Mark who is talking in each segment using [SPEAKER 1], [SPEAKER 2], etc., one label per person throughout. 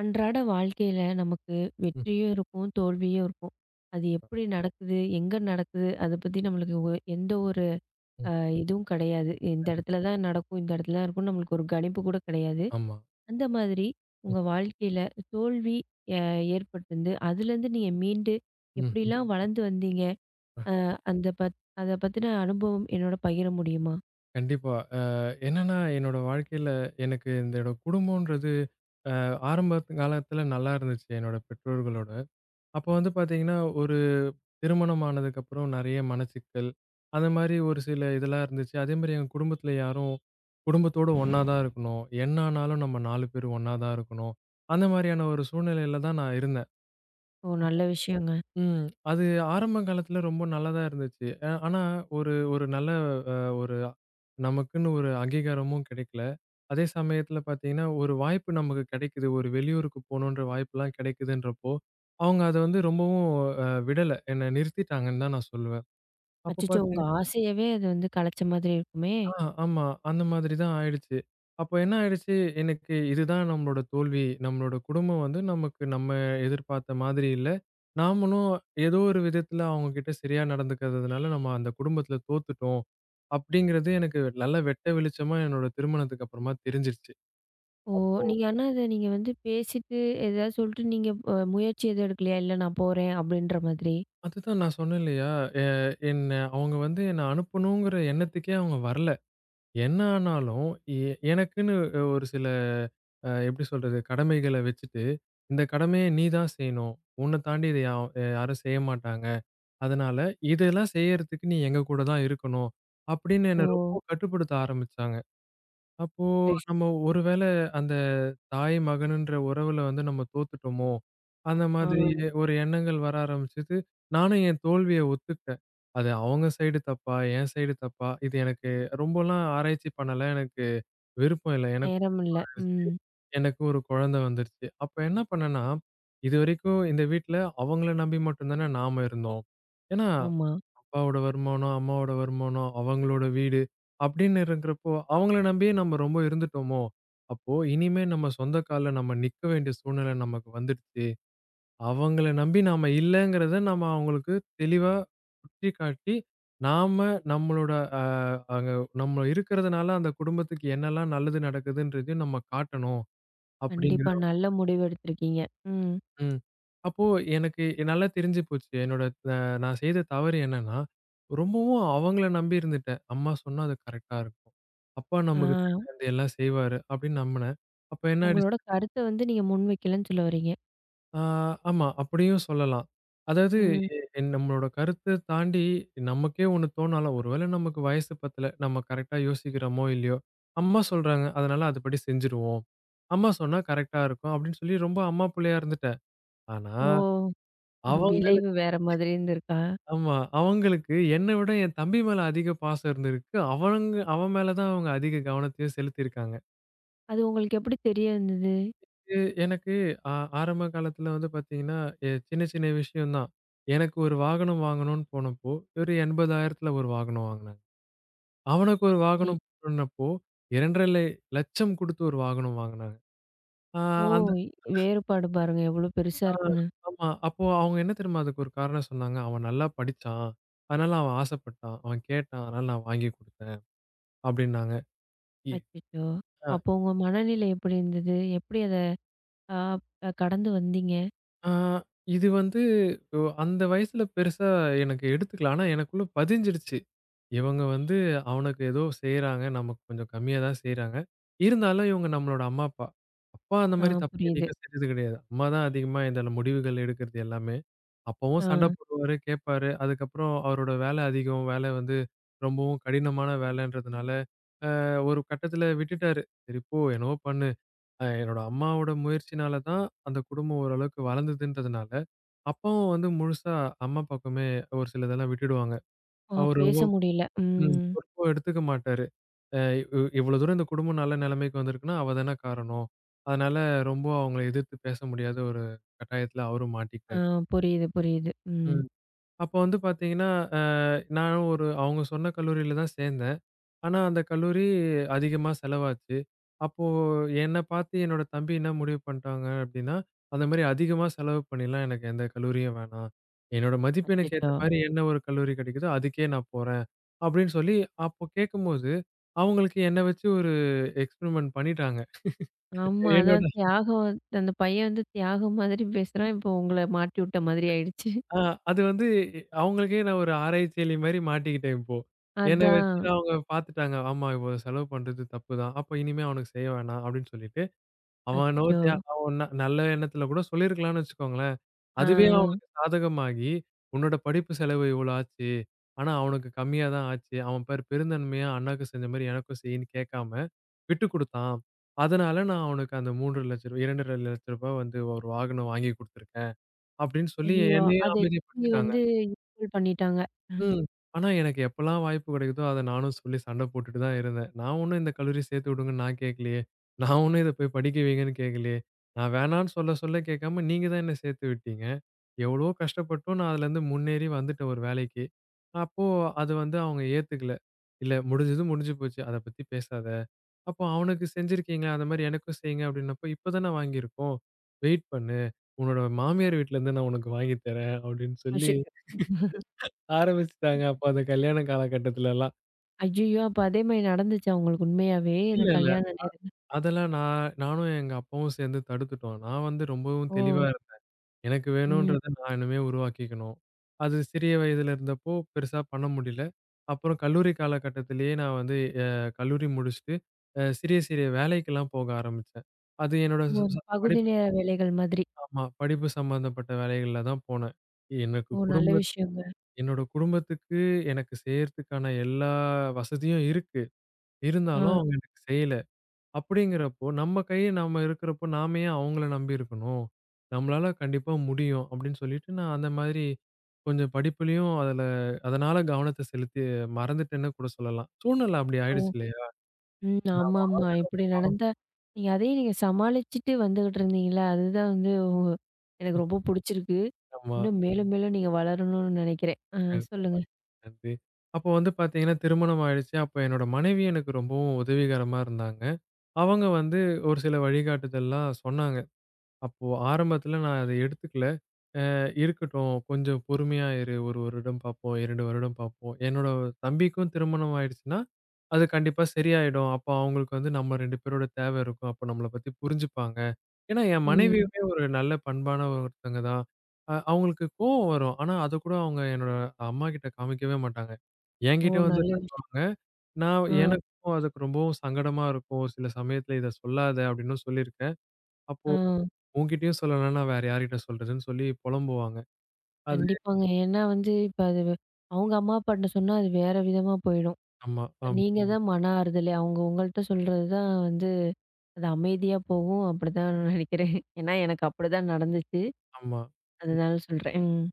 [SPEAKER 1] அன்றாட வாழ்க்கையில நமக்கு
[SPEAKER 2] ம்,
[SPEAKER 1] வெற்றியும் இருக்கும், தோல்வியும் இருக்கும். அது எப்படி நடக்குது? எங்க நடக்குது? அத பத்தி நம்மளுக்கு எந்த ஒரு
[SPEAKER 2] ம்.
[SPEAKER 1] அ இதுவும் கிடையாது. இந்த
[SPEAKER 2] கண்டிப்பா.
[SPEAKER 1] இடத்துல தான் நடக்கும், இந்த இடத்துல தான் இருக்கும்னு நம்மளுக்கு ஒரு கணிப்பு கூட கிடையாது.
[SPEAKER 2] ஆமா.
[SPEAKER 1] அந்த மாதிரி
[SPEAKER 2] ம்,
[SPEAKER 1] உங்க வாழ்க்கையில தோல்வி அ ஏற்பட்டிருந்து, அதுலேருந்து நீங்க மீண்டு
[SPEAKER 2] ம், ம்.
[SPEAKER 1] எப்படிலாம் வளர்ந்து வந்தீங்க?
[SPEAKER 2] அ
[SPEAKER 1] அ அந்த பத் அத பத்தின அனுபவம் என்னோட பகிர முடியுமா?
[SPEAKER 2] கண்டிப்பா. என்னன்னா, என்னோட வாழ்க்கையில எனக்கு என்னோட குடும்பம்ன்றது அ ஆரம்ப காலத்துல நல்லா இருந்துச்சு, என்னோட பெற்றோர்களோட. அப்போ வந்து பாத்தீங்கன்னா, ஒரு திருமணம் ஆனதுக்கப்புறம் நெறைய மனச்சிக்கல், அந்த மாரி ஒரு சில இதெல்லாம் இருந்துச்சு. அதே மாரி எங்க குடும்பத்துல யாரும் குடும்பத்தோட ஒண்ணா தான் இருக்கணும். என்ன ஆனாலும் நம்ம 4 பேரும் ஒண்ணா தான் இருக்கணும். அந்த மாரியான ஒரு சூழ்நிலையில தான் நான் இருந்தேன்.
[SPEAKER 1] ஓ! நல்ல விஷயங்க.
[SPEAKER 2] ம். அது ஆரம்ப காலத்துல ரொம்ப நல்லா தான் இருந்துச்சு. ஆனா ஒரு ஒரு நல்ல அ ஒரு நமக்குன்னு ஒரு அங்கீகாரமும் கிடைக்கல. அதே சமயத்துல பார்த்தீங்கன்னா, ஒரு வாய்ப்பு நமக்கு கிடைக்குது. ஒரு வெளியூருக்கு போணுன்ற வாய்ப்புலாம் கிடைக்குதுன்றப்போ, அவங்க அத வந்து ரொம்பவும் விடல. என்ன நிறுத்திட்டாங்கன்னு தான் நான் சொல்லுவேன். அப்ப
[SPEAKER 1] அச்சச்சோ! உங்க
[SPEAKER 2] பார்த்தீங்கன்னா
[SPEAKER 1] ஆசையவே அது வந்து கலைச்ச மாதிரி இருக்குமே!
[SPEAKER 2] ஆமா. அந்த மாதிரி தான் ஆயிடுச்சு. அப்ப என்ன ஆயிடுச்சு, எனக்கு இதுதான் நம்மளோட தோல்வி. நம்மளோட குடும்பம் வந்து நமக்கு நம்ம எதிர்பார்த்த மாதிரி இல்ல. நாமளும் ஏதோ ஒரு விதத்துல அவங்க கிட்ட சரியா நடந்துக்காததுனால, நம்ம அந்த குடும்பத்துல தோத்துட்டோம். அப்படிங்கிறது எனக்கு நல்ல வெட்ட வெளிச்சமா என்னோட திருமணத்துக்கு அப்புறமா தெரிஞ்சிருச்சு.
[SPEAKER 1] ஓ! நீங்க ஆனா அத நீங்க வந்து பேசிட்டு, எதாவது சொல்லிட்டு நீங்க முயற்சி எதுவும் எடுக்கலையா? "இல்ல நான் போறேன்" அப்படின்ற மாதிரி.
[SPEAKER 2] அதுதான் நான் சொன்னேன் இல்லையா, எ என்ன அவங்க வந்து என்ன அனுப்பணுங்கிற எண்ணத்துக்கே அவங்க வரல. என்ன ஆனாலும், எ எனக்குன்னு ஒரு சில எப்படி சொல்றது? கடமைகள வச்சுட்டு, இந்த கடமைய நீ தான் செய்யணும். உன்ன தாண்டி இத யா யாரும் செய்ய மாட்டாங்க. அதனால இதெல்லாம் செய்யறதுக்கு நீ எங்க கூட தான் இருக்கணும். அப்படின்னு என்ன
[SPEAKER 1] ஓ!
[SPEAKER 2] ரொம்ப கட்டுப்படுத்த ஆரம்பிச்சாங்க. அப்போ
[SPEAKER 1] சரி, சரி.
[SPEAKER 2] நம்ம ஒரு வேள அந்த தாய் மகனுன்ற உறவுல வந்து நம்ம தோத்துட்டோமோ! அந்த
[SPEAKER 1] ஆ,
[SPEAKER 2] மாதிரி ஒரு எண்ணங்கள் வர ஆரம்பிச்சது. நானும் என் தோல்விய ஒத்துக்கிட்டேன். அது அவங்க சைடு தப்பா? என் சைடு தப்பா? இது எனக்கு ரொம்பலாம் ஆராய்ச்சி பண்ணல. எனக்கு விருப்பம் இல்ல. எனக்கு
[SPEAKER 1] நேரம் இல்ல. ம்.
[SPEAKER 2] எனக்கு ஒரு குழந்தை வந்துருச்சு. அப்ப என்ன பண்ணேன்னா, இதுவரைக்கும் இந்த வீட்ல அவங்கள நம்பி மட்டும் தானே நாம இருந்தோம். ஏன்னா,
[SPEAKER 1] ஆமா.
[SPEAKER 2] அப்பாவோட வருமானம், அம்மாவோட வருமானம், அவங்களோட வீடு அப்படின்னு இருக்கிறப்போ, அவங்கள நம்பியே நம்ம ரொம்ப இருந்துட்டோமோ! அப்போ இனிமே நம்ம சொந்த கால்ல நம்ம நிக்க வேண்டிய சூழ்நிலை நமக்கு வந்துடுச்சு. அவங்கள நம்பி நாம இல்லங்கிறத நம்ம அவங்களுக்கு தெளிவா சுட்டிக்காட்டி, நாம நம்மளோட அ அங்க நம்ம இருக்கிறதுனால அந்த குடும்பத்துக்கு என்னெல்லாம் நல்லது நடக்குதுன்றதையும் நம்ம காட்டணும். அப்படிங்கிற
[SPEAKER 1] கண்டிப்பா. நல்ல முடிவு எடுத்திருக்கீங்க. ம்.
[SPEAKER 2] ம். அப்போ எனக்கு நல்லா தெரிஞ்சு போச்சு. என்னோட அ நான் செய்த தவறு என்னன்னா, ரொம்பவும் அவங்கள நம்பி இருந்துட்டேன். அம்மா சொன்னா அது கரெக்ட்டா இருக்கும். அப்பா
[SPEAKER 1] ஆ,
[SPEAKER 2] நமக்கு தேவையானது எல்லாம் செய்வாரு அப்படின்னு நம்பினேன். அப்ப என்ன ஆயிடுச்சு
[SPEAKER 1] உங்களோட கருத்த வந்து நீங்க முன்வைக்கலன்னு சொல்ல வர்றீங்க.
[SPEAKER 2] ஆ ஆமா அப்படியும் சொல்லலாம். அதாவது
[SPEAKER 1] ம்.
[SPEAKER 2] எ என் நம்மளோட கருத்த தாண்டி நமக்கே ஒண்ணு தோணாலும், ஒருவேளை நமக்கு வயசு பத்தல, நம்ம கரெக்ட்டா யோசிக்கிறோமோ இல்லையோ, அம்மா சொல்றாங்க அதனால அதுபடி செஞ்சுருவோம். அம்மா சொன்னா கரெக்ட்டா இருக்கும் அப்படின்னு சொல்லி ரொம்ப அம்மா புள்ளையா இருந்துட்டேன். ஆனா,
[SPEAKER 1] ஓ!
[SPEAKER 2] அவங்கள
[SPEAKER 1] விளைவு வேற மாதிரி இருந்திருக்கா?
[SPEAKER 2] ஆமா. அவங்களுக்கு என்ன விட என் தம்பி மேல அதிக பாசம் இருந்திருக்கு. அவங்க அவன் மேல தான் அவங்க அதிக கவனத்தையும் செலுத்தியிருக்காங்க.
[SPEAKER 1] அது உங்களுக்கு எப்படி தெரிய வந்தது?
[SPEAKER 2] இது எனக்கு ஆ ஆரம்ப காலத்துல வந்து பார்த்தீங்கன்னா, சின்ன சின்ன விஷயம் தான். எனக்கு ஒரு வாகனம் வாங்கணும்னு போனப்போ, ஒரு 80,000த்துல ஒரு வாகனம் வாங்குனாங்க. அவனுக்கு ஒரு
[SPEAKER 1] சரி.
[SPEAKER 2] வாகனம் வாங்குனப்போ 2,50,000 குடுத்து ஒரு வாகனம் வாங்குனாங்க. ஆ
[SPEAKER 1] ஓ!
[SPEAKER 2] அந்த
[SPEAKER 1] வேறுபாடு பாருங்க எவ்வளோ பெருசா
[SPEAKER 2] ஆ
[SPEAKER 1] இருக்குன்னு.
[SPEAKER 2] ஆமா. அப்போ அவங்க என்ன தெரியுமா அதுக்கு ஒரு காரணம் சொன்னாங்க. "அவன் நல்லா படிச்சான். அதனால அவன் ஆசைப்பட்டான். அவன் கேட்டான். அதனால நான் வாங்கி குடுத்தேன்." அப்படின்னாங்க. இ
[SPEAKER 1] அச்சச்சோ!
[SPEAKER 2] ஆ.
[SPEAKER 1] அப்போ உங்க மனநிலை எப்படி இருந்தது? எப்படி அத கடந்து வந்தீங்க?
[SPEAKER 2] ஆ, இது வந்து அந்த வயசுல பெருசா எனக்கு எடுத்துக்கல. ஆனா எனக்குள்ள பதிஞ்சிடுச்சு. இவங்க வந்து அவனுக்கு ஏதோ செய்றாங்க. நமக்கு கொஞ்சம் கம்மியா தான் செய்றாங்க. இருந்தாலும் இவங்க நம்மளோட அம்மா, அப்பா. அப்பா அந்த
[SPEAKER 1] ஆ,
[SPEAKER 2] மாரி தப்பு
[SPEAKER 1] புரியுது.
[SPEAKER 2] என்னைக்கும் செஞ்சது கிடையாது. அம்மா தான் அதிகமா இந்த முடிவுகள் எடுக்கிறது எல்லாமே.
[SPEAKER 1] ஆ.
[SPEAKER 2] அப்பவும் சண்டை போடுவாரு, கேட்பாரு. அதுக்கப்புறம் அவரோட வேலை அதிகம். வேலை வந்து ரொம்பவும் கடினமான வேலைன்றதுனால, ஒரு கட்டத்துல விட்டுட்டாரு. சரி போ! என்னவோ பண்ணு. என்னோட அம்மாவோட முயற்சினால தான் அந்த குடும்பம் ஓரளவுக்கு வளர்ந்ததுன்றதுனால, அப்பாவும் வந்து முழுசா அம்மா பக்கமே ஒரு சிலதெல்லாம் விட்டுடுவாங்க.
[SPEAKER 1] ஆ,
[SPEAKER 2] அவரு
[SPEAKER 1] பேச முடியல. ம்.
[SPEAKER 2] பொறுப்பும் எடுத்துக்க மாட்டாரு. அ இவ் இவ்வளோ தூரம் இந்த குடும்பம் நல்ல நிலைமைக்கு வந்திருக்குன்னா, அவ தானே காரணம். அதனால ரொம்ப அவங்கள எதிர்த்து பேச முடியாத ஒரு கட்டாயத்துல அவரும்
[SPEAKER 1] ஆ,
[SPEAKER 2] மாட்டிக்கிட்டாரு.
[SPEAKER 1] புரியுது, புரியுது. ம்.
[SPEAKER 2] ம். அப்போ வந்து பார்த்தீங்கன்னா, அ நானும் ஒரு அவங்க சொன்ன கல்லூரியில தான் சேர்ந்தேன். ஆனா, அந்த கல்லூரி அதிகமா செலவாச்சு. அப்போ என்ன பார்த்து என்னோட தம்பி என்ன முடிவு பண்ட்டாங்க அப்படின்னா, அந்த மாரி அதிகமா செலவு பண்ணிலாம் எனக்கு எந்த கல்லூரியும் வேணாம். என்னோட மதிப்பெண்ணுக்கு ஏத்த
[SPEAKER 1] அச்சச்சோ!
[SPEAKER 2] மாரி என்ன ஒரு கல்லூரி கிடைக்குதோ அதுக்கே நான் போறேன். அப்படின்னு சொல்லி அப்போ கேட்கும்போது, அவங்களுக்கு என்ன வச்சு ஒரு எக்ஸ்பெரிமெண்ட் பண்ணிட்டாங்க.
[SPEAKER 1] ஆமா. அதான்
[SPEAKER 2] என்னோட
[SPEAKER 1] தியாகம். அந்த பையன் வந்து தியாகம் மாதிரி பேசுறான். இப்போ உங்கள மாட்டி விட்ட மாதிரி ஆயிடுச்சு.
[SPEAKER 2] ஆ அது வந்து அவங்களுக்கே நான் ஒரு ஆராய்ச்சியாளி மாரி மாட்டிக்கிட்டேன் இப்போ. என்ன வச்சு
[SPEAKER 1] அதான்.
[SPEAKER 2] அவங்க பார்த்துட்டாங்க. ஆமா இவ்வளோ செலவு பண்றது தப்பு தான். அப்ப இனிமே அவனுக்கு செய்ய வேணாம் அப்படின்னு சொல்லிட்டு, அவன் என்னவோ
[SPEAKER 1] அச்சச்சோ!
[SPEAKER 2] தியா அவன் ந நல்ல எண்ணத்துல கூட சொல்லியிருக்கலாம்னு வச்சுக்கோங்களேன்.
[SPEAKER 1] ஆ.
[SPEAKER 2] அதுவே அவனுக்கு சாதகமாகி, உன்னோட படிப்பு செலவு இவ்வளோ ஆச்சு. ஆனா அவனுக்கு கம்மியா தான் ஆச்சு. அவன் பாரு பெருந்தன்மையா அண்ணாக்கு செஞ்ச மாரி எனக்கும் செய்ன்னு கேட்காம விட்டுக் குடுத்தான். அதனால நான் அவனுக்கு அந்த ரூ. 3,00,000 ரூ. 2,200,000 வந்து ஒரு வாகனம் வாங்கி குடுத்துருக்கேன் அப்படின்னு சொல்லி
[SPEAKER 1] ஐயய்யோ!
[SPEAKER 2] என்னையும்
[SPEAKER 1] அத எப்படி
[SPEAKER 2] அமைதிப்படுத்திட்டாங்க.
[SPEAKER 1] வந்து ஈக்குவல் பண்ணிட்டாங்க?
[SPEAKER 2] ம். ஆனா, எனக்கு எப்பலாம் வாய்ப்பு கிடைக்குதோ, அத நானும் சொல்லி சண்டை போட்டுட்டு தான் இருந்தேன். நான் ஒண்ணும் இந்த கல்லூரி சேர்த்து விடுங்கன்னு நான் கேட்கலையே! நான் ஒண்ணும் இத போய் படிக்க வைங்கன்னு கேட்கலையே! நான் வேணான்னு சொல்ல, சொல்ல கேட்காம நீங்க தான் என்ன சேர்த்து விட்டீங்க. எவ்வளவோ கஷ்டப்பட்டும் நான் அதுலேருந்து முன்னேறி வந்துட்டேன் ஒரு வேலைக்கு. அப்போ அது வந்து அவங்க ஏத்துக்கல. இல்ல முடிஞ்சது முடிஞ்சு போச்சு. அத பத்தி பேசாத. அப்போ அவனுக்கு செஞ்சிருக்கீங்க. அந்த மாரி எனக்கும் செய்யுங்க அப்டின்னப்போ, இப்ப தானே வாங்கியிருக்கோம். வெயிட் பண்ணு. உன்னோட மாமியார் வீட்லேருந்து நான் உனக்கு வாங்கி தரேன் அப்டின்னு சொல்லி
[SPEAKER 1] அச்சச்சோ!
[SPEAKER 2] ஆரம்பிச்சுட்டாங்க. அப்ப அந்த கல்யாண காலகட்டத்துலலாம்.
[SPEAKER 1] ஐயய்யோ! அப்ப அதே மாரி நடந்துச்சா உங்களுக்கு உண்மையாவே?
[SPEAKER 2] இல்ல,
[SPEAKER 1] அந்த
[SPEAKER 2] இல்ல.
[SPEAKER 1] கல்யாண நேரம்.
[SPEAKER 2] அதெல்லாம் நானும் எங்க அப்பாவும் சேர்ந்து தடுத்துட்டோம். நான் வந்து ரொம்பவும்
[SPEAKER 1] ஓ!
[SPEAKER 2] தெளிவா இருந்தேன். எனக்கு
[SPEAKER 1] ம்.
[SPEAKER 2] வேணும்ன்றத நான் இனிமே உருவாக்கிக்கணும். அது சிறிய வயதுல இருந்தப்போ பெருசா பண்ண முடியல. அப்புறம் கல்லூரி காலகட்டத்திலேயே நான் வந்து அ கல்லூரி முடிச்சுட்டு, சிறிய, சிறிய வேலைக்கெல்லாம் போக ஆரம்பிச்சேன். அது என்னோட
[SPEAKER 1] ஓ!
[SPEAKER 2] ச
[SPEAKER 1] அந்த
[SPEAKER 2] ச
[SPEAKER 1] பகுதி
[SPEAKER 2] படிப்பு
[SPEAKER 1] நேர வேலைகள் மாதிரி.
[SPEAKER 2] ஆமா. படிப்பு சம்பந்தப்பட்ட வேலைகள்ல தான் போனேன். எனக்கு
[SPEAKER 1] ஓ! நல்ல
[SPEAKER 2] குடும்ப
[SPEAKER 1] விஷயங்க.
[SPEAKER 2] என்னோட குடும்பத்துக்கு எனக்கு செய்யறதுக்கான எல்லா வசதியும் இருக்கு. இருந்தாலும் அவங்க
[SPEAKER 1] ஆ.
[SPEAKER 2] எனக்கு செய்யல. அப்படிங்கிறப்போ, நம்ம கை நம்ம இருக்கிறப்போ, நாம ஏன் அவங்கள நம்பி இருக்கணும்? நம்மளால கண்டிப்பா முடியும் அப்படின்னு சொல்லிட்டு, நான் அந்த மாதிரி கொஞ்சம் படிப்புலயும் அதுல அதனால கவனத்த செலுத்தி மறந்துட்டேன்னு கூட சொல்லலாம். சூழ்நிலை அப்படி ஆயிடுச்சு
[SPEAKER 1] ஓ.
[SPEAKER 2] இல்லையா?
[SPEAKER 1] ம்.
[SPEAKER 2] நான் வா-
[SPEAKER 1] ஆமாமா. இப்படி நடந்தா நீங்க அதையும் நீங்க சமாளிச்சுட்டு வந்துகிட்டு இருந்தீங்கல்ல, அதுதான் வந்து எனக்கு ரொம்ப புடிச்சிருக்கு.
[SPEAKER 2] ஆமா.
[SPEAKER 1] இன்னும் மேலும் மேலும் நீங்க வளரணும்னு நெனைக்கிறேன். ஆ,
[SPEAKER 2] கண்டிப்பா.
[SPEAKER 1] சொல்லுங்க.
[SPEAKER 2] அது. அப்போ வந்து பார்த்தீங்கன்னா, திருமணம் ஆயிடுச்சு. அப்போ என்னோட மனைவி எனக்கு ரொம்பவும் உதவிகரமா இருந்தாங்க. அவங்க வந்து ஒரு சில வழிகாட்டுதல்லாம் சொன்னாங்க. அப்போ ஆரம்பத்தில நான் அத எடுத்துக்கல. அ இருக்கட்டும். கொஞ்சம் பொறுமையா இரு. 1 வருடம் பார்ப்போம், 2 வருடம் பார்ப்போம். என்னோட தம்பிக்கும் திருமணம் ஆயிடுச்சுன்னா, அது கண்டிப்பா சரியாயிடும். அப்போ அவங்களுக்கு வந்து நம்ம 2 பேரோட தேவை இருக்கும். அப்போ நம்மள பத்தி புரிஞ்சுப்பாங்க. ஏன்னா, என்
[SPEAKER 1] ம்.
[SPEAKER 2] மனைவியுமே ஒரு நல்ல பண்பான ஒருத்தவங்க தான். அவங்களுக்கு கோவம் வரும். ஆனா, அத கூட அவங்க என்னோட அம்மாகிட்ட காமிக்கவே மாட்டாங்க.
[SPEAKER 1] ஓ!
[SPEAKER 2] என்கிட்ட வந்து
[SPEAKER 1] நல்ல விஷயம்.
[SPEAKER 2] காட்டுவாங்க.
[SPEAKER 1] ஆ,
[SPEAKER 2] எனக்கும் அதுக்கு ரொம்பவும் சங்கடமா இருக்கும். சில சமயத்தில இத சொல்லாத அப்படின்னும் சொல்லியிருக்கேன். அப்போ
[SPEAKER 1] ஆ.
[SPEAKER 2] உன்கிட்டயும் சொல்லலன்னா, வேற யார்கிட்ட சொல்றதுன்னு சொல்லி புலம்புவாங்க. அது
[SPEAKER 1] கண்டிப்பாங்க. ஏன்னா வந்து இப்ப அது அவங்க அம்மா அப்பாட்ட சொன்னா அது வேற விதமா போயிடும்.
[SPEAKER 2] ஆமா,
[SPEAKER 1] இப்ப
[SPEAKER 2] ஆமா,
[SPEAKER 1] நீங்க ம். தான் மன ஆறுதலே. அவங்க உங்கள்ட்ட சொல்றது தான் வந்து அது அமைதியா போகும். அப்படிதான் நெனைக்கிறேன். ஏன்னா எனக்கு அப்படிதான் நடந்துச்சு.
[SPEAKER 2] ஆமா.
[SPEAKER 1] அதனால சொல்றேன். ம்.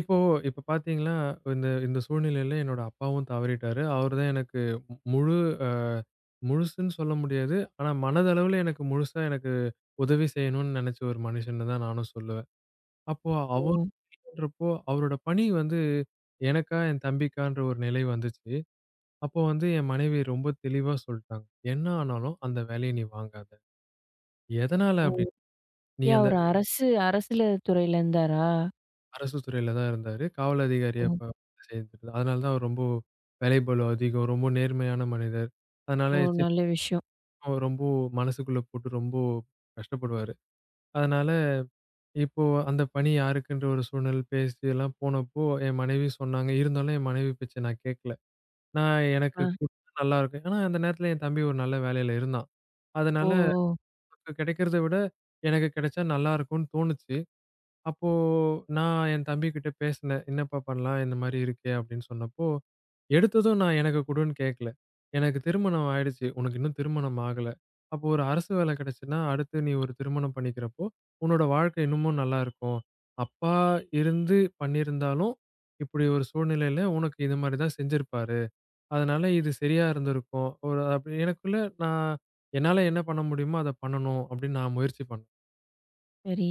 [SPEAKER 2] இப்போ இப்ப பார்த்தீங்கன்னா, இந்த இந்த சூழ்நிலையில என்னோட அப்பாவும் தவறிட்டாரு. அவரு தான் எனக்கு மு முழு அ முழுசுன்னு சொல்ல முடியாது. ஆனா மனதளவுல எனக்கு முழுசா எனக்கு உதவி செய்யணும்னு நெனச்ச ஒரு மனுஷன்னு தான் நானும் சொல்லுவேன். அப்போ
[SPEAKER 1] ஓ!
[SPEAKER 2] அவருன்றப்போ அவரோட பணி வந்து எனக்கா, என் தம்பிக்கான்ற ஒரு நிலை வந்துச்சு. அப்போ வந்து என் மனைவி ரொம்ப தெளிவா சொல்ட்டாங்க. "என்ன ஆனாலும் அந்த வேலைய நீ வாங்காத. எதனால
[SPEAKER 1] ஓ!
[SPEAKER 2] அப்டின்னா, நீ
[SPEAKER 1] ஏன்
[SPEAKER 2] அந்த"
[SPEAKER 1] அவரு அரசுல துறையில இருந்தாரா?
[SPEAKER 2] அரசு துறையில தான் இருந்தாரு. காவல் அதிகாரியா
[SPEAKER 1] ஓ.
[SPEAKER 2] சேர்ந்து அதனால தான் அவர் ரொம்ப வேலைப்பளு அதிகம். ரொம்ப நேர்மையான மனிதர். அதனால
[SPEAKER 1] ஓ!
[SPEAKER 2] சின்ன
[SPEAKER 1] நல்ல விஷயம்.
[SPEAKER 2] ரொம்ப மனசுக்குள்ள போட்டு ரொம்ப கஷ்டப்படுவாரு. அதனால இப்போ அந்த பணி யாருக்குன்ற ஒரு சூழ்நிலை பேசி எல்லாம் போனப்போ என் மனைவி சொன்னாங்க. இருந்தாலும் என் மனைவி பேச்ச நான் கேட்கல. நான் எனக்கு
[SPEAKER 1] ஆ.
[SPEAKER 2] குடுத்தா நல்லாருக்கும். ஆனா அந்த நேரத்துல என் தம்பி ஒரு நல்ல வேலையில இருந்தான்.
[SPEAKER 1] ஓ!
[SPEAKER 2] அதனால
[SPEAKER 1] ஓ!
[SPEAKER 2] அவனுக்கு கிடைக்கிறத விட எனக்கு கிடைச்சா நல்லாருக்கும்னு தோணுச்சு. அப்போ நான் என் தம்பிகிட்ட பேசினேன். "என்னப்பா பண்ணலாம்? இந்த மாரி இருக்கே" அப்படின்னு சொன்னப்போ, எடுத்ததும் நான் எனக்கு குடுன்னு கேட்கல. "எனக்கு திருமணம் ஆயிடுச்சு. உனக்கு இன்னும் திருமணம் ஆகல. அப்போ ஒரு அரசு வேலை கிடைச்சுன்னா, அடுத்து நீ ஒரு திருமணம் பண்ணிக்கிறப்போ, உன்னோட வாழ்க்கை இன்னமும் நல்லா இருக்கும். அப்பா இருந்து பண்ணியிருந்தாலும், இப்படி ஒரு சூழ்நிலையில உனக்கு இது மாரி தான் செஞ்சிருப்பாரு. அதனால இது சரியா இருந்திருக்கும்." ஒரு அப்படி எனக்குள்ள நான் என்னால என்ன பண்ண முடியுமோ அத பண்ணணும் அப்படின்னு நான் முயற்சி பண்ணேன்.
[SPEAKER 1] சரி.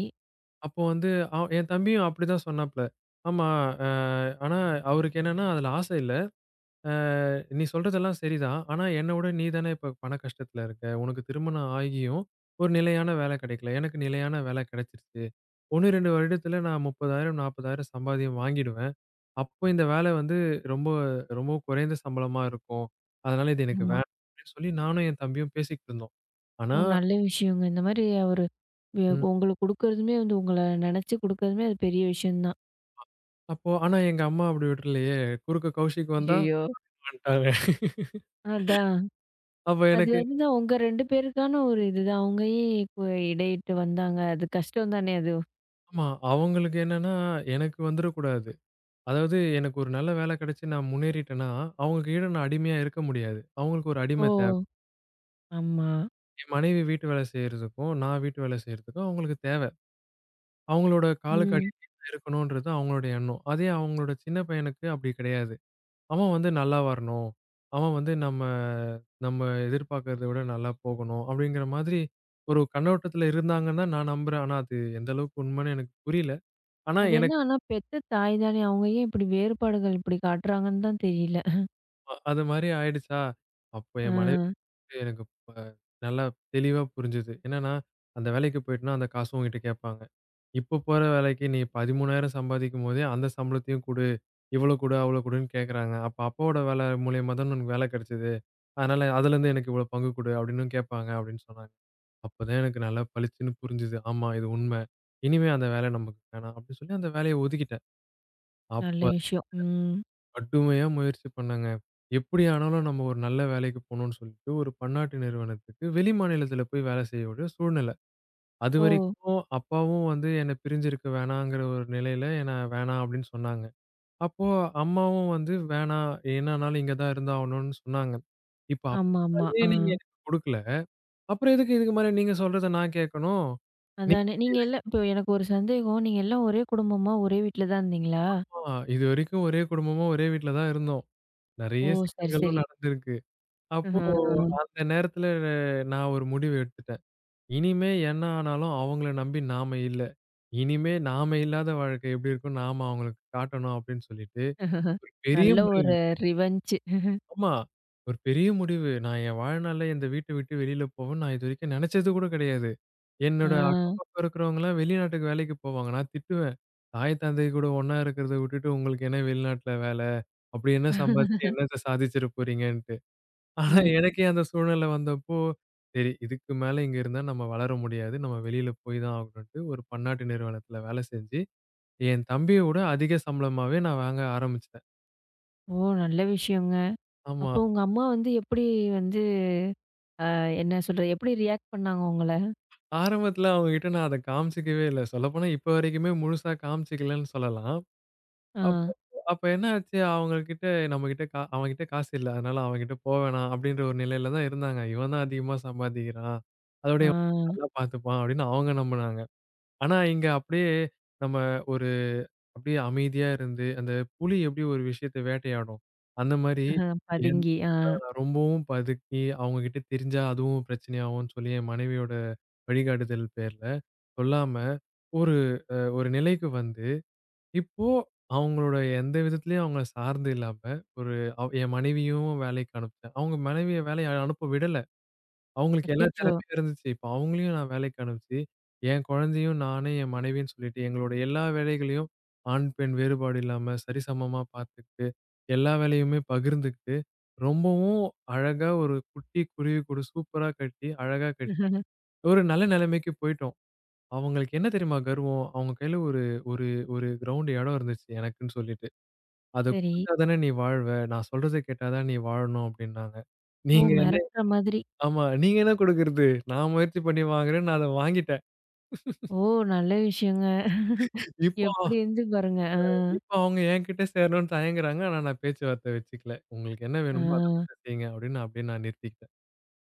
[SPEAKER 2] அப்போ வந்து என் தம்பியும் அப்படிதான் சொன்னாப்ல. ஆமா. அ ஆனா அவருக்கு என்னன்னா அதுல ஆசை இல்ல. அ நீ சொல்றதெல்லாம் சரிதான். ஆனா என்ன விட நீ தானே இப்ப பண கஷ்டத்துல இருக்க. உனக்கு திருமணம் ஆகியும் ஒரு நிலையான வேலை கிடைக்கல. எனக்கு நிலையான வேலை கிடைச்சிருச்சு. 1, 2 வருடத்துல நான் 30,000 40,000 சம்பாதியம் வாங்கிடுவேன். அப்போ இந்த வேலை வந்து ரொம்ப ரொம்ப குறைந்த சம்பளமா இருக்கும். அதனால இது எனக்கு
[SPEAKER 1] ஆமா.
[SPEAKER 2] வேணாம் அப்படின்னு சொல்லி நானும் என் தம்பியும் பேசிக்கிட்டு இருந்தோம்.
[SPEAKER 1] ஓ!
[SPEAKER 2] ஆனா
[SPEAKER 1] நல்ல விஷயங்க. இந்த மாரி அவரு
[SPEAKER 2] ம்
[SPEAKER 1] உங்களுக்கு குடுக்குறதுமே வந்து உங்கள நெனச்சு குடுக்குறதுமே அது பெரிய விஷயம் தான்.
[SPEAKER 2] அப்போ ஆனா எங்க அம்மா அப்படி விடலையே. குறுக்க கௌஷிக் வந்தா
[SPEAKER 1] ஐயய்யோ!
[SPEAKER 2] வந்துட்டாங்க.
[SPEAKER 1] அதான்.
[SPEAKER 2] அப்ப
[SPEAKER 1] அது
[SPEAKER 2] எனக்கு
[SPEAKER 1] அதுதான் உங்க 2 பேருக்கான ஒரு இதுதான். அவங்க ஏன் இடையிட்டு வந்தாங்க? அது கஷ்டம் தானே அது.
[SPEAKER 2] ஆமா. அவங்களுக்கு என்னன்னா, எனக்கு வந்துறக்கூடாது. அதாவது எனக்கு ஒரு நல்ல வேலை கிடைச்சு நான் முன்னேறிட்டேன்னா, அவங்க கீழ நான் அடிமையா இருக்க முடியாது. அவங்களுக்கு ஒரு
[SPEAKER 1] ஓ!
[SPEAKER 2] அடிமை தேவ.
[SPEAKER 1] ஆமா.
[SPEAKER 2] என் மனைவி வீட்டு வேலை செய்றதுக்கும், நான் வீட்டு வேலை செய்றதுக்கும் அவங்களுக்கு தேவ. அவங்களோட காலுக்கு
[SPEAKER 1] ம்.
[SPEAKER 2] அடிமையா இருக்கணும்ன்றது அவங்களோட எண்ணம். அதே அவங்களோட சின்ன பையனுக்கு அப்படி கிடையாது. அவன் வந்து நல்லா வரணும். அவன் வந்து நம்ம நம்ம எதிர்பார்க்கிறத விட நல்லா போகணும். அப்படிங்கிற மாதிரி ஒரு கண்ணோட்டத்துல இருந்தாங்கன்னா நான் நம்புறேன். ஆனா அது எந்த அளவுக்கு உண்மைன்னு எனக்கு புரியல. ஆனா
[SPEAKER 1] அது என்ன
[SPEAKER 2] எனக்கு
[SPEAKER 1] ஆனா பெத்த தாய் தானே. அவங்க ஏன் இப்படி வேறுபாடுகள் இப்படி காட்டுறாங்கன்னு தான் தெரியல.
[SPEAKER 2] அது மாரி ஆயிடுச்சா? அப்போ
[SPEAKER 1] ஆ.
[SPEAKER 2] என் மனைவிக்கு எனக்கு ப நல்லா தெளிவா புரிஞ்சது. என்னன்னா, அந்த வேலைக்கு போயிட்டனா அந்த காசு உன்கிட்ட கேட்பாங்க. இப்ப போற வேலைக்கு நீ 13,000 சம்பாதிக்கும்போதே அந்த சம்பளத்தையும் குடு. இவ்வளோ குடு, அவ்வளோ குடுன்னு கேட்கறாங்க. அப்ப அப்பாவோட வேலை மூலியமா தான உனக்கு வேலை கிடைச்சது. அதனால அதுலருந்து எனக்கு இவ்வளோ பங்கு குடு அப்படின்னும் கேட்பாங்க அப்படின்னு சொன்னாங்க. அப்பதான் எனக்கு நல்லா பளிச்சுன்னு புரிஞ்சுது. ஆமா இது உண்ம. இனிமே அந்த வேலை நமக்கு வேணாம் அப்படின்னு சொல்லி அந்த வேலைய ஒதுக்கிட்டேன். அப்ப
[SPEAKER 1] நல்ல விஷயம். ம்.
[SPEAKER 2] கடுமையா முயற்சி பண்ணேங்க. எப்படி ஆனாலும் நம்ம ஒரு நல்ல வேலைக்கு போணும்னு சொல்லிட்டு, ஒரு பன்னாட்டு நிறுவனத்துக்கு வெளி மாநிலத்தில போய் வேலை செய்ய வேண்டிய சூழ்நிலை.
[SPEAKER 1] ஓ!
[SPEAKER 2] அதுவரைக்கும் அப்பாவும் வந்து என்ன பிரிஞ்சிருக்க வேணாங்கிற ஒரு நிலையில என்ன வேணாம் அப்படின்னு சொன்னாங்க. அப்போ அம்மாவும் வந்து வேணாம், என்னனாலும் இங்க தான் இருந்தாகணும்னு சொன்னாங்க. இப்ப
[SPEAKER 1] ஆமாமா.
[SPEAKER 2] அப்பாவே
[SPEAKER 1] ஆ.
[SPEAKER 2] நீங்க எனக்கு குடுக்கல, அப்புறம் எதுக்கு இதுக்கு மேல நீங்க சொல்றத நான் கேட்கணும்?
[SPEAKER 1] அதானே. நீங்க எல்லாம் இப்போ எனக்கு ஒரு சந்தேகம். நீங்க எல்லாம் ஒரே குடும்பமா ஒரே வீட்ல தான் இருந்தீங்களா?
[SPEAKER 2] நீங்களும் இதுவரைக்கும் ஒரே குடும்பமா, ஒரே வீட்ல தான் இருந்தோம்.
[SPEAKER 1] ஓ!
[SPEAKER 2] நெறைய
[SPEAKER 1] சரி,
[SPEAKER 2] சிக்கல்களும்
[SPEAKER 1] சரி.
[SPEAKER 2] நடந்திருக்கு. அப்போ
[SPEAKER 1] ஆஹா.
[SPEAKER 2] அந்த நேரத்துல நான் ஒரு முடிவு எடுத்துட்டேன். இனிமே என்ன ஆனாலும் அவங்கள நம்பி நாம இல்ல. இனிமே நாம இல்லாத வாழ்க்கை எப்படி இருக்கும்னு நாம அவங்களுக்கு காட்டணும் அப்படின்னு சொல்லிட்டு, ஒரு பெரிய
[SPEAKER 1] நல்ல
[SPEAKER 2] முடிவு.
[SPEAKER 1] ஒரு ரிவெஞ்ச்.
[SPEAKER 2] ஆமா. ஒரு பெரிய முடிவு. நான் என் வாழ்நாள்ல இந்த வீட்ட விட்டு வெளியில போவேன்னு நான் இதுவரைக்கும் நெனச்சது கூட கிடையாது.
[SPEAKER 1] ஆ.
[SPEAKER 2] என்னோட அக்கம் பக்கம் இருக்கிறவங்கலாம் வெளிநாட்டுக்கு வேலைக்கு போவாங்க. நான் திட்டுவேன். தாய் தந்தை கூட ஒண்ணா இருக்கிறத விட்டுட்டு உங்களுக்கு என்ன வெளிநாட்டுல வேல? அப்படி என்ன சம்பாதிச்சு என்னத்த சாதிச்சிட போறீங்கன்ட்டு. ஆனா,
[SPEAKER 1] ம்.
[SPEAKER 2] எனக்கே அந்த சூழ்நிலை வந்தப்போ, சரி இதுக்கு மேல இங்க இருந்தா நம்ம வளர முடியாது. நம்ம வெளியில போய் தான் ஆகணும்ன்ட்டு ஒரு பன்னாட்டு நிறுவனத்துல வேலை செஞ்சு, என் தம்பிய விட அதிக சம்பளமாவே நான் வாங்க ஆரம்பிச்சுட்டேன்.
[SPEAKER 1] ஓ! நல்ல விஷயங்க.
[SPEAKER 2] ஆமா.
[SPEAKER 1] அப்போ உங்க அம்மா வந்து எப்படி வந்து அ என்ன சொல்றது? எப்படி ரியாக்ட் பண்ணாங்க உங்கள?
[SPEAKER 2] ஆரம்பத்துல அவங்ககிட்ட நான் அத காமிச்சுக்கவே இல்ல. சொல்லப்போனா இப்ப வரைக்குமே முழுசா காமிச்சுக்கலன்னு சொல்லலாம்.
[SPEAKER 1] ஆ.
[SPEAKER 2] அப்போ என்ன ஆச்சு அவங்ககிட்ட நம்மகிட்ட கா அவன்கிட்ட காசு இல்ல. அதனால அவன்கிட்ட போ வேணாம் அப்படின்ற ஒரு நிலையில தான் இருந்தாங்க. இவன் தான் அதிகமா சம்பாதிக்கிறான். அதோட
[SPEAKER 1] ஆ.
[SPEAKER 2] இவன் நல்லா பார்த்துப்பான் அப்படின்னு அவங்க நம்புனாங்க. ஆனா, இங்க அப்படியே நம்ம ஒரு அப்படியே அமைதியா இருந்து, அந்த புலி எப்படி ஒரு விஷயத்த வேட்டையாடும், அந்த மாரி என்
[SPEAKER 1] பதுங்கி. ஆ.
[SPEAKER 2] அ ரொம்பவும் பதுக்கி அவங்க கிட்ட தெரிஞ்சா அதுவும் பிரச்சனையாகும்ன்னு சொல்லி என் மனைவியோட வழிகாட்டுதல் பேர்ல சொல்லாம, ஒரு ஒரு நிலைக்கு வந்து, இப்போ அவங்களோட எந்த விதத்திலயும் அவங்கள சார்ந்து இல்லாம, ஒரு அவ் என் மனைவியும் வேலைக்கு அனுப்புனேன். அவங்க மனைவிய வேலை அனுப்ப விடல. அவங்களுக்கு எல்லா
[SPEAKER 1] அச்சச்சோ!
[SPEAKER 2] திறமையும் இருந்துச்சு. இப்ப அவங்களையும் நான் வேலைக்கு அனுப்பிச்சு, என் குழந்தையும், நானு, என் மனைவின்னு சொல்லிட்டு எங்களோட எல்லா வேலைகளையும் ஆண், பெண் வேறுபாடு இல்லாம சரிசமமா பார்த்துக்கிட்டு, எல்லா வேலையுமே பகிர்ந்துக்கிட்டு, ரொம்பவும் அழகா ஒரு குட்டி குருவி கூடு சூப்பரா கட்டி, அழகா கட்டி, ஒரு நல்ல நிலைமைக்கு போயிட்டோம். அவங்களுக்கு என்ன தெரியுமா கர்வம்? அவங்க கையில ஒரு ஒரு ஒரு கிரவுண்ட் இடம் இருந்துச்சு எனக்குன்னு சொல்லிட்டு. "அத
[SPEAKER 1] சரி.
[SPEAKER 2] குடுத்தா தானே நீ வாழ்வ. நான் சொல்றத கேட்டா தான் நீ வாழணும்" அப்படின்னாங்க.
[SPEAKER 1] ஓ!
[SPEAKER 2] நீங்க
[SPEAKER 1] மிரட்டுற மாதிரி.
[SPEAKER 2] ஆமா. நீங்க என்ன குடுக்குறது? நான் முயற்சி பண்ணி வாங்குறேன். நான் அத வாங்கிட்டேன்.
[SPEAKER 1] ஓ! நல்ல விஷயங்க.
[SPEAKER 2] இப்போ
[SPEAKER 1] எப்படி இருந்துது பாருங்க. ஆ.
[SPEAKER 2] இப்போ அவங்க என்கிட்ட சேரணும்னு தயங்குறாங்க. ஆனா நான் பேச்சுவார்த்தை வச்சுக்கல. உங்களுக்கு என்ன
[SPEAKER 1] ஆ.
[SPEAKER 2] வேணுமோ அத மட்டும் செய்யுங்க அப்படின்னு அப்படியே நான் நிறுத்திக்கிட்டேன்.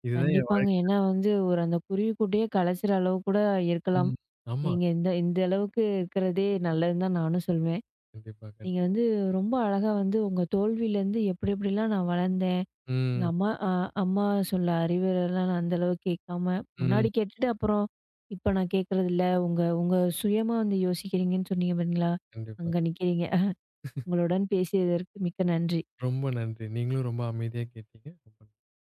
[SPEAKER 2] இதுதான் என்
[SPEAKER 1] கண்டிப்பாங்க.
[SPEAKER 2] வாழ்க்கை.
[SPEAKER 1] ஏன்னா வந்து ஒரு அந்த குருவிக்கூட்டையே கலைச்சிற அளவு கூட இருக்கலாம்.
[SPEAKER 2] ம். ஆமா.
[SPEAKER 1] நீங்க இந்த இந்த அளவுக்கு இருக்கிறதே நல்லதுன்னு தான் நானும் சொல்வேன்.
[SPEAKER 2] கண்டிப்பா,
[SPEAKER 1] நீங்க
[SPEAKER 2] கண்டிப்பா.
[SPEAKER 1] வந்து ரொம்ப அழகா வந்து உங்க தோல்வியிலேருந்து எப்படி எப்படிலாம் நான் வளர்ந்தேன். எங்க
[SPEAKER 2] ம்.
[SPEAKER 1] அம்மா அ அம்மா சொல்ல அறிவுரைலாம் நான் அந்த அளவுக்கு கேட்காம,
[SPEAKER 2] ம்.
[SPEAKER 1] முன்னாடி கேட்டுட்டு அப்புறம் இப்ப நான் கேட்கறதில்ல. உங்க உங்க சுயமா வந்து யோசிக்கிறீங்கன்னு சொன்னீங்க பார்த்தீங்களா?
[SPEAKER 2] கண்டிப்பா.
[SPEAKER 1] அங்க நிக்கிறீங்க. உங்களுடன் பேசியதற்கு மிக்க நன்றி.
[SPEAKER 2] ரொம்ப நன்றி. நீங்களும் ரொம்ப அமைதியா கேட்டீங்க. ரொம்ப